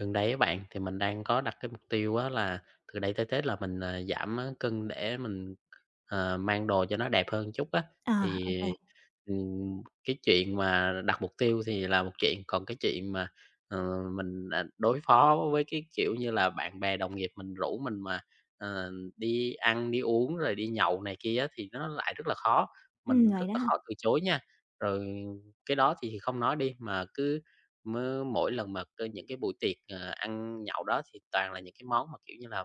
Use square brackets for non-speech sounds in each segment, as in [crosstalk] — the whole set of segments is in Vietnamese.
Gần đây các bạn, thì mình đang có đặt cái mục tiêu á là từ đây tới Tết là mình, giảm á cân để mình, mang đồ cho nó đẹp hơn chút á. Ờ, ô Thì, kê. Cái chuyện mà đặt mục tiêu thì là một chuyện, còn cái chuyện mà, ờ, mình, đối phó với cái, kiểu như là, bạn bè đồng nghiệp mình rủ mình mà, ờ, đi ăn, đi uống rồi đi nhậu này kia á thì nó lại rất là khó, mình rất Vậy đó là hả? khó từ chối nha. Rồi cái đó thì không nói đi, mà cứ mỗi lần mà những cái buổi tiệc, ăn nhậu đó thì toàn là những cái món mà, kiểu như là,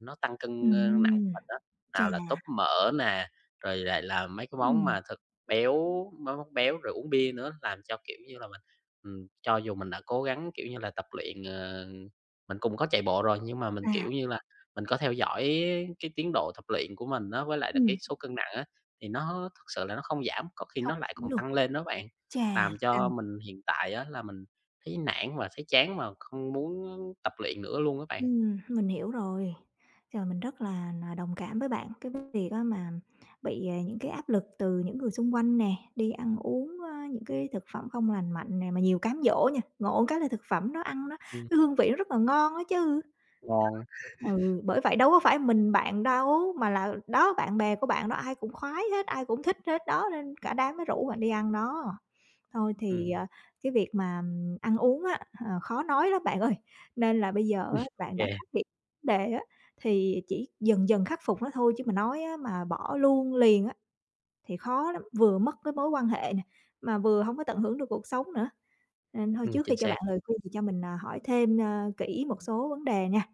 nó tăng cân, nặng của Ừm, mình đó, chà. nào là tóp mỡ nè, rồi lại là mấy cái món ừm, mà béo, mấy món béo rồi uống bia nữa, làm cho, kiểu như là, mình cho dù mình đã cố gắng, kiểu như là, tập luyện, mình cũng có chạy bộ rồi, nhưng mà mình, à, kiểu như là, mình có theo dõi cái tiến độ tập luyện của mình đó với lại là cái ừm, số cân nặng á, thì nó thực sự là nó không giảm, có khi Không nó lại hiểu còn được. tăng lên đó bạn. Chà, Làm cho căng. mình hiện tại á là mình thấy nản và thấy chán mà không muốn tập luyện nữa luôn á bạn. Mình hiểu rồi. Trời, mình rất là đồng cảm với bạn, cái việc á mà bị, những cái áp lực từ những người xung quanh nè, đi ăn uống, những cái thực phẩm không lành mạnh nè, mà nhiều cám dỗ nha, ngộ cái là thực phẩm nó ăn nó Ừm. cái hương vị nó rất là ngon á chứ. Ngon. Ừ, bởi vậy đâu có phải mình bạn đâu, mà là đó, bạn bè của bạn đó ai cũng khoái hết, ai cũng thích hết đó, nên cả đám mới rủ bạn đi ăn đó. Thôi thì, Ừm, cái việc mà, ăn uống á, khó nói lắm bạn ơi, [laughs] nên là bây giờ á, bạn đã yeah, phát hiện vấn đề á, thì chỉ dần dần khắc phục nó thôi chứ mà nói á, mà bỏ luôn liền á, thì khó lắm, vừa mất cái mối quan hệ nè, mà vừa không có tận hưởng được cuộc sống nữa. Nên thôi trước khi chính cho xác. bạn lời khuyên thì cho mình, hỏi thêm, kỹ một số vấn đề nha.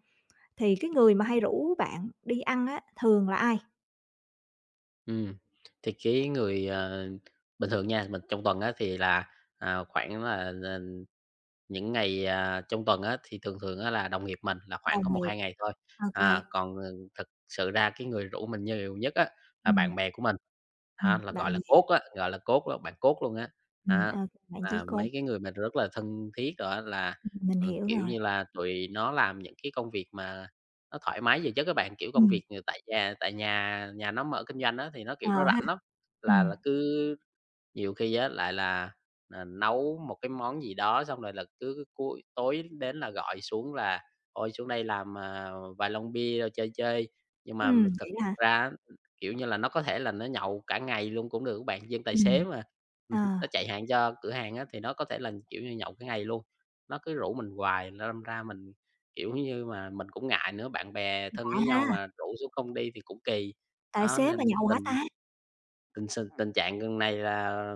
Thì cái người mà hay rủ bạn đi ăn á, thường là ai? Ừm, thì cái người, bình thường nha, mình trong tuần á thì là, à, khoảng là những ngày, trong tuần á thì thường thường á là đồng nghiệp mình là khoảng có Đồng một nghiệp, hai ngày thôi. ô kê. À, còn, thực sự ra cái người rủ mình nhiều nhất á là Ừm, bạn bè của mình, ha, là gọi bạn là bè. cốt á, gọi là cốt là bạn cốt luôn á. Ừm, Á, ô kê, bạn chí là cố. mấy cái người mình rất là thân thiết rồi á là, Ừm, mình ừ, hiểu kiểu rồi. như là, tụi nó làm những cái công việc mà nó thoải mái về chứ các bạn, kiểu, công Ừm, việc, người tại nhà nhà nó mở kinh doanh đó thì nó, kiểu, ờ nó ha. rảnh lắm, là Ừm, là cứ nhiều khi á lại là, nấu một cái món gì đó xong rồi là cứ cuối tối đến là gọi xuống là "Ôi, xuống đây làm, vài lon bia rồi chơi chơi." Nhưng mà thực vậy đó hả? ra kiểu như là, nó có thể là nó nhậu cả ngày luôn cũng được các bạn, dân tài xế Ừm, mà, ờ, [laughs] nó chạy hàng cho cửa hàng á, thì nó có thể là, kiểu như, nhậu cả ngày luôn, nó cứ rủ mình hoài, nó đâm ra mình kiểu như mà, mình cũng ngại nữa, bạn bè thân lạ với nhau ha, mà rủ xuống không đi thì cũng kỳ. tài Đó, xế mà nên nhậu hả tình ta? tình s tình trạng gần này là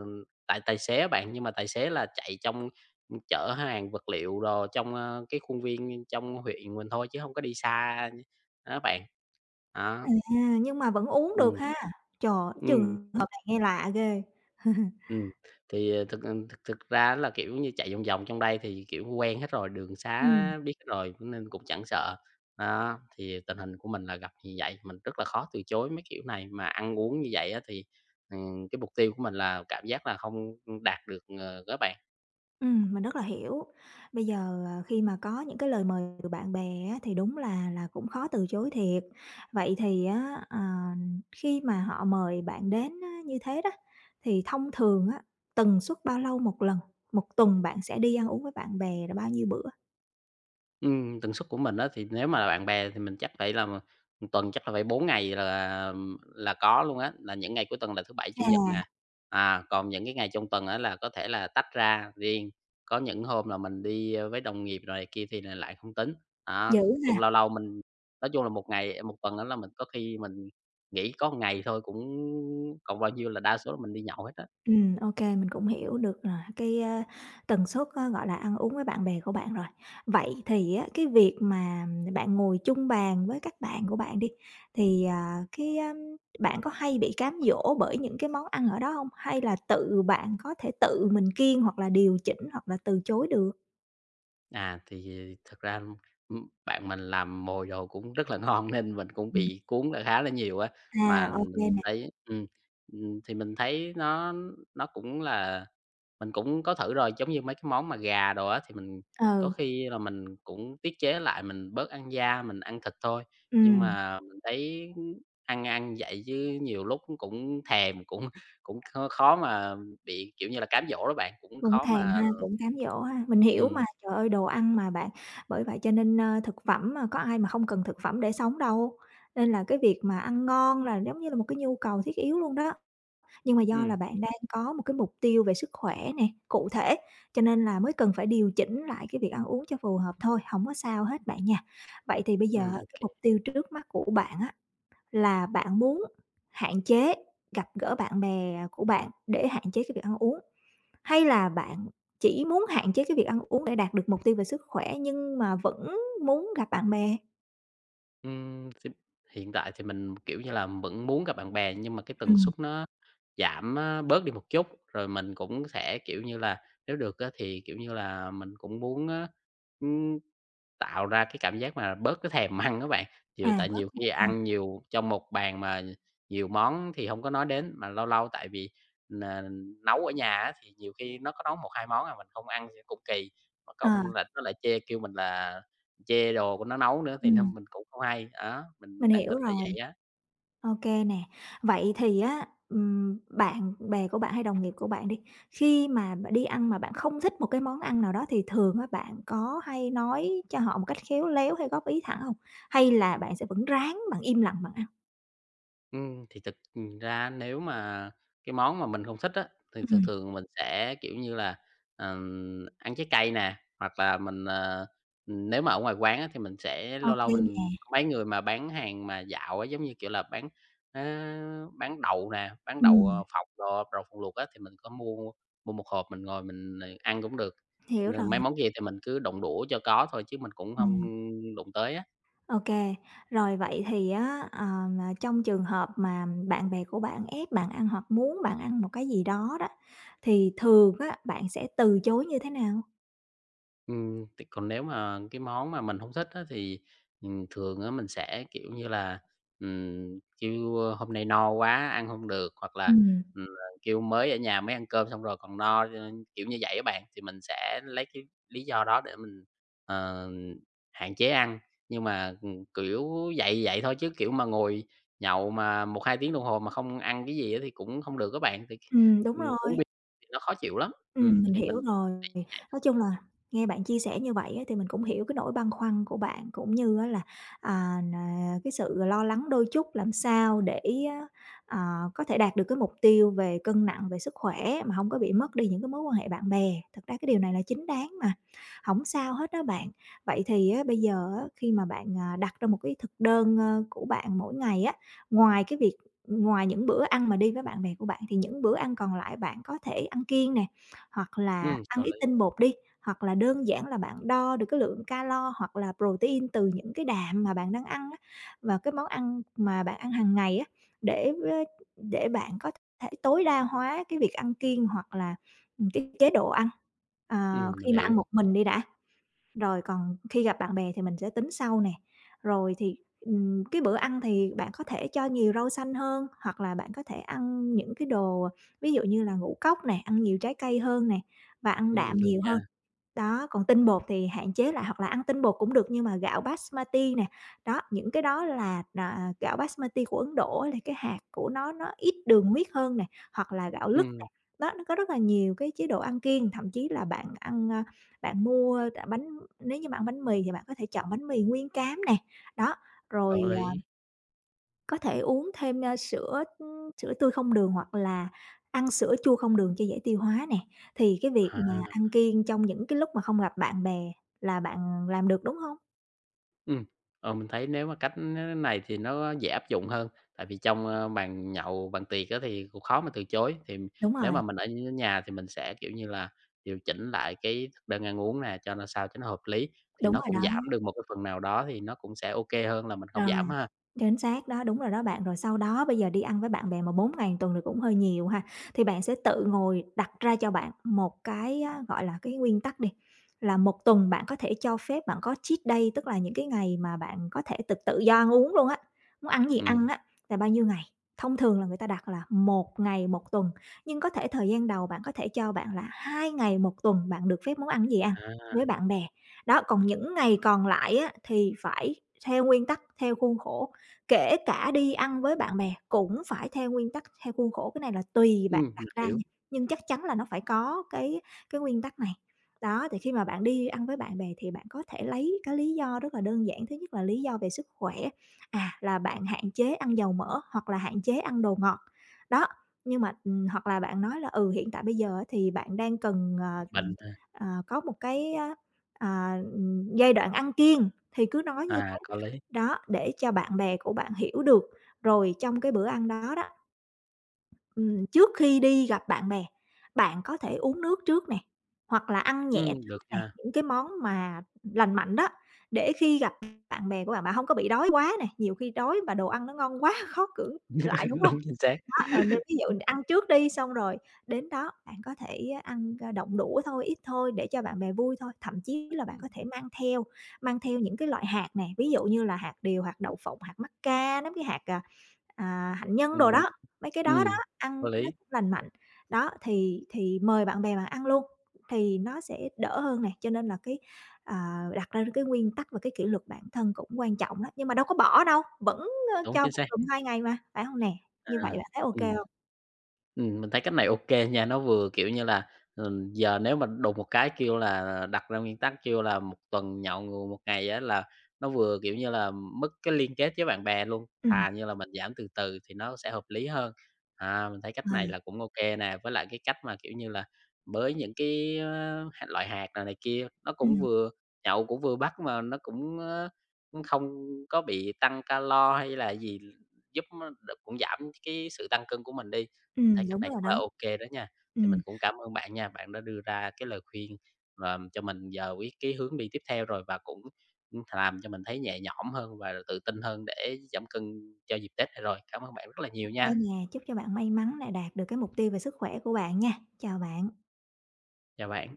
tại tài xế bạn, nhưng mà tài xế là chạy trong chở hàng vật liệu đồ trong, cái khuôn viên trong huyện mình thôi chứ không có đi xa, đó bạn. Đó. À, nhưng mà vẫn uống được Ừ, ha? Trời, ừ. trường hợp này nghe lạ ghê. [laughs] Ừm, thì, ờ, thực, thực thực ra là, kiểu như, chạy vòng vòng trong đây thì, kiểu, quen hết rồi, đường xá Ừm. biết hết rồi, cũng nên cũng chẳng sợ. Đó, thì tình hình của mình là gặp như vậy, mình rất là khó từ chối mấy kiểu này, mà ăn uống như vậy á thì, cái mục tiêu của mình là cảm giác là không, đạt được, á bạn. Mình rất là hiểu. Bây giờ, khi mà có những cái lời mời từ bạn bè á, thì đúng là cũng khó từ chối thiệt. Vậy thì á, khi mà họ mời bạn đến á, như thế đó, thì thông thường á, tần suất bao lâu một lần? Một tuần bạn sẽ đi ăn uống với bạn bè là bao nhiêu bữa? Tần suất của mình á, thì nếu mà là bạn bè thì mình chắc phải là một tuần chắc là phải 4 ngày là có luôn á, là những ngày cuối tuần là thứ Bảy, Chủ nhật Chà, nè. À, còn những cái ngày trong tuần á là có thể là tách ra riêng, có những hôm là mình đi, với đồng nghiệp rồi này kia thì là lại không tính. Đó, dữ cũng ha! lâu lâu mình nói chung là một ngày một tuần đó là mình có khi mình nghỉ có một ngày thôi cũng còn bao nhiêu là đa số là mình đi nhậu hết á. Ok mình cũng hiểu được là cái, tần suất á, gọi là, ăn uống với bạn bè của bạn rồi. Vậy thì á, cái việc mà bạn ngồi chung bàn với các bạn của bạn đi, thì, bạn có hay bị cám dỗ bởi những cái món ăn ở đó không? Hay là tự bạn có thể tự mình kiêng hoặc là điều chỉnh hoặc là từ chối được? À, thì thật ra, bạn mình làm mồi đồ cũng rất là ngon [laughs] nên mình cũng Ừm. bị cuốn là khá là nhiều á. À, Mà ok mình nè. thấy Thì mình thấy nó cũng là mình cũng có thử rồi, giống như mấy cái món mà gà đồ á, thì mình có Ừ, khi là mình cũng tiết chế lại, mình bớt ăn da, mình ăn thịt thôi. ừ, Nhưng mà mình thấy ăn ăn vậy chứ nhiều lúc cũng thèm, cũng [laughs] cũng khó mà bị, kiểu như là, cám dỗ đó bạn, cũng cũng khó thèm mà. ha, cũng cám dỗ ha. Mình hiểu ừm, mà, trời ơi, đồ ăn mà bạn, bởi vậy cho nên, thực phẩm mà có ai mà không cần thực phẩm để sống đâu, nên là cái việc mà ăn ngon là giống như là một cái nhu cầu thiết yếu luôn đó. Nhưng mà do là ừm, bạn đang có một cái mục tiêu về sức khỏe nè, cụ thể, cho nên là mới cần phải điều chỉnh lại cái việc ăn uống cho phù hợp thôi, không có sao hết bạn nha. Vậy thì bây giờ ừm. cái mục tiêu trước mắt của bạn á, là bạn muốn hạn chế gặp gỡ bạn bè của bạn để hạn chế cái việc ăn uống. Hay là bạn chỉ muốn hạn chế cái việc ăn uống để đạt được mục tiêu về sức khỏe nhưng mà vẫn muốn gặp bạn bè? Thì hiện tại thì mình, kiểu như là, vẫn muốn gặp bạn bè nhưng mà cái tần Ừm. suất nó giảm, bớt đi một chút, rồi mình cũng sẽ, kiểu như là, nếu được á thì, kiểu như là, mình cũng muốn á, ưm tạo ra cái cảm giác mà bớt cái thèm [laughs] ăn á bạn, nhiều À, tại bớt nhiều khi nạp ăn. ăn nhiều trong một bàn mà nhiều món thì hông có nói đến, mà lâu lâu tại vì n nấu ở nhà á thì nhiều khi nó có nấu một 2 món à, mình không ăn thì cũng kỳ, mất ờ, công là nó lại chê kêu mình là chê đồ của nó nấu nữa thì nên Ừm. mình cũng không hay, đó, mình Mình đang hiểu tính là vậy rồi, á. ô kê nè. Vậy thì á, bạn bè của bạn hay đồng nghiệp của bạn đi, khi mà bạn đi ăn mà bạn không thích một cái món ăn nào đó thì thường á, bạn có hay nói cho họ một cách khéo léo hay góp ý thẳng hông? Hay là bạn sẽ vẫn ráng, bạn im lặng bạn ăn? Thì thực ra nếu mà cái món mà mình không thích á, thì thường Ừm. thường mình sẽ, kiểu như là, ăn trái cây nè, hoặc là mình, nếu mà ở ngoài quán á, thì mình sẽ Ô lâu lâu kê mình nè. có mấy người mà bán hàng mà dạo á, giống như, kiểu là, á, bán đậu nè, bán đậu, Ừm. phộng đồ, đậu phộng luộc á, thì mình có mua mua một hộp mình ngồi mình, ăn cũng được. Hiểu rồi. Mấy món kia thì mình cứ đụng đũa cho có thôi chứ mình cũng không Ừm. đụng tới á. OK. Rồi vậy thì á, mà trong trường hợp mà bạn bè của bạn ép bạn ăn hoặc muốn bạn ăn một cái gì đó đó, thì thường á, bạn sẽ từ chối như thế nào? Thì còn nếu mà cái món mà mình không thích á thì, thường á mình sẽ, kiểu như là, kêu, hôm nay no quá ăn không được, hoặc là, Ừm. Kêu mới ở nhà mới ăn cơm xong rồi còn no, cho nên kiểu như vậy các bạn. Thì mình sẽ lấy cái lý do đó để mình, ờ, hạn chế ăn, nhưng mà, kiểu, vậy vậy thôi chứ, kiểu, mà ngồi nhậu mà một 2 tiếng đồng hồ mà không ăn cái gì á thì cũng không được các bạn, thì, Đúng uống rồi. bia thì nó khó chịu lắm. Mình Thì mình hiểu rồi. Nói chung là nghe bạn chia sẻ như vậy á, thì mình cũng hiểu cái nỗi băn khoăn của bạn, cũng như á là, à, n cái sự lo lắng đôi chút làm sao để á, có thể đạt được cái mục tiêu về cân nặng, về sức khỏe mà không có bị mất đi những cái mối quan hệ bạn bè. Thật ra cái điều này là chính đáng mà, không sao hết đó bạn. Vậy thì á, bây giờ á, khi mà bạn, đặt ra một cái thực đơn, của bạn mỗi ngày á, ngoài cái việc ngoài những bữa ăn mà đi với bạn bè của bạn thì những bữa ăn còn lại bạn có thể ăn kiêng nè, hoặc là ăn rồi ít lấy tinh bột đi, hoặc là đơn giản là bạn đo được cái lượng calo hoặc là protein từ những cái đạm mà bạn đang ăn á, và cái món ăn mà bạn ăn hàng ngày á, để để bạn có thể tối đa hóa cái việc ăn kiêng hoặc là, cái chế độ ăn, Mình khi mà hiểu. ăn một mình đi đã. Rồi còn khi gặp bạn bè thì mình sẽ tính sau nè. Rồi thì, cái bữa ăn thì bạn có thể cho nhiều rau xanh hơn, hoặc là bạn có thể ăn những cái đồ ví dụ như là ngũ cốc nè, ăn nhiều trái cây hơn nè, và ăn đạm Được nhiều nha. hơn. Đó, còn tinh bột thì hạn chế lại hoặc là ăn tinh bột cũng được nhưng mà gạo basmati nè, đó, những cái đó là, gạo basmati của Ấn Độ á là cái hạt của nó ít đường huyết hơn nè, hoặc là gạo lứt nè. Ừm, Đó, nó có rất là nhiều cái chế độ ăn kiêng, thậm chí là bạn ăn, bạn mua, bánh nếu như bạn ăn bánh mì thì bạn có thể chọn bánh mì nguyên cám nè, đó, có rồi lý. có thể uống thêm, sữa, sữa tươi không đường hoặc là ăn sữa chua không đường cho dễ tiêu hóa nè. Thì cái việc À, mà ăn kiêng trong những cái lúc mà không gặp bạn bè là bạn làm được, đúng không? ừm, mình thấy nếu mà cách nó này thì nó dễ áp dụng hơn, tại vì trong, bàn nhậu, bàn tiệc á thì cũng khó mà từ chối. Thì Đúng nếu mà rồi, mình ở ở nhà thì mình sẽ, kiểu như là, điều chỉnh lại cái thực đơn ăn uống nè, cho nó sao cho nó hợp lý, thì đúng nó rồi cũng đó, giảm được một cái phần nào đó thì nó cũng sẽ ô kê hơn là mình không rồi. giảm ha. Chính xác đó, đúng rồi đó bạn. Rồi sau đó bây giờ đi ăn với bạn bè mà 4 ngày một tuần thì cũng hơi nhiều ha. Thì bạn sẽ tự ngồi đặt ra cho bạn một cái á, gọi là, cái nguyên tắc đi, là một tuần bạn có thể cho phép bạn có cheat day, tức là những cái ngày mà bạn có thể tự tự do ăn uống luôn á, muốn ăn gì Ừm, ăn á, là bao nhiêu ngày. Thông thường là người ta đặt là một ngày một tuần, nhưng có thể thời gian đầu bạn có thể cho bạn là 2 ngày một tuần bạn được phép muốn ăn gì ăn à, với bạn bè. Đó, còn những ngày còn lại á, thì phải theo nguyên tắc, theo khuôn khổ. Kể cả đi ăn với bạn bè cũng phải theo nguyên tắc, theo khuôn khổ, cái này là tùy bạn mình đặt ra hiểu, nha, nhưng chắc chắn là nó phải có cái nguyên tắc này. Đó, thì khi mà bạn đi ăn với bạn bè thì bạn có thể lấy cái lý do rất là đơn giản, thứ nhất là lý do về sức khỏe, là bạn hạn chế ăn dầu mỡ hoặc là hạn chế ăn đồ ngọt. Đó, nhưng mà, hoặc là bạn nói là, ừ, hiện tại bây giờ á thì bạn đang cần, mình, có một cái, giai đoạn ăn kiêng thì cứ nói như thế. có lý. Đó, để cho bạn bè của bạn hiểu được. Rồi trong cái bữa ăn đó đó, trước khi đi gặp bạn bè, bạn có thể uống nước trước nè, hoặc là ăn nhẹ Được trước nè, nha. những cái món mà lành mạnh đó, để khi gặp bạn bè của bạn, bạn không có bị đói quá nè, nhiều khi đói mà đồ ăn nó ngon quá [laughs] khó cưỡng lại, [laughs] đúng không? Đúng, chính xác. Đó, nên [laughs] ví dụ ăn trước đi, xong rồi đến đó bạn có thể ăn, động đũa thôi, ít thôi để cho bạn bè vui thôi. Thậm chí là bạn có thể mang theo những cái loại hạt nè, ví dụ như là hạt điều, hạt đậu phộng, hạt mắc ca, mấy cái hạt, hạnh nhân đồ Ừm, đó, mấy cái đó đó, ừm, có ăn nó lý. cũng lành mạnh. Đó, thì mời bạn bè bạn ăn luôn, thì nó sẽ đỡ hơn nè, cho nên là cái, đặt ra cái nguyên tắc và cái kỷ luật bản thân cũng quan trọng đó, nhưng mà đâu có bỏ đâu, vẫn, Đúng, cho chính một xác. tuần 2 ngày mà, phải hông nè? Như vậy À, bạn thấy ô kê ừ hông? Mình thấy cách này ok nha, nó vừa, kiểu như là, giờ nếu mà đùng một cái kêu là đặt ra nguyên tắc kêu là một tuần nhậu một ngày á là nó vừa, kiểu như là, mất cái liên kết với bạn bè luôn, Ừm. thà như là mình giảm từ từ thì nó sẽ hợp lý hơn. À, mình thấy cách Ờ. này là cũng ok nè, với lại cái cách mà, kiểu như là, với những cái, hạt loại hạt này này kia, nó cũng Ừm. vừa nhậu cũng vừa bắt mà nó cũng, cũng không có bị tăng calo hay là gì, giúp nó cũng giảm cái sự tăng cân của mình đi. Mình thấy Ừm, cách đúng này rồi cũng đó. là ok đó nha. Thì mình Ừm, cũng cảm ơn bạn nha, bạn đã đưa ra cái lời khuyên, làm cho mình giờ biết cái hướng đi tiếp theo rồi và cũng, cũng làm cho mình thấy nhẹ nhõm hơn và tự tin hơn để giảm cân cho dịp Tết này rồi. Cảm ơn bạn rất là nhiều ô kê nha. nè, chúc cho bạn may mắn nè, đạt được cái mục tiêu về sức khỏe của bạn nha. Chào bạn. Chào bạn.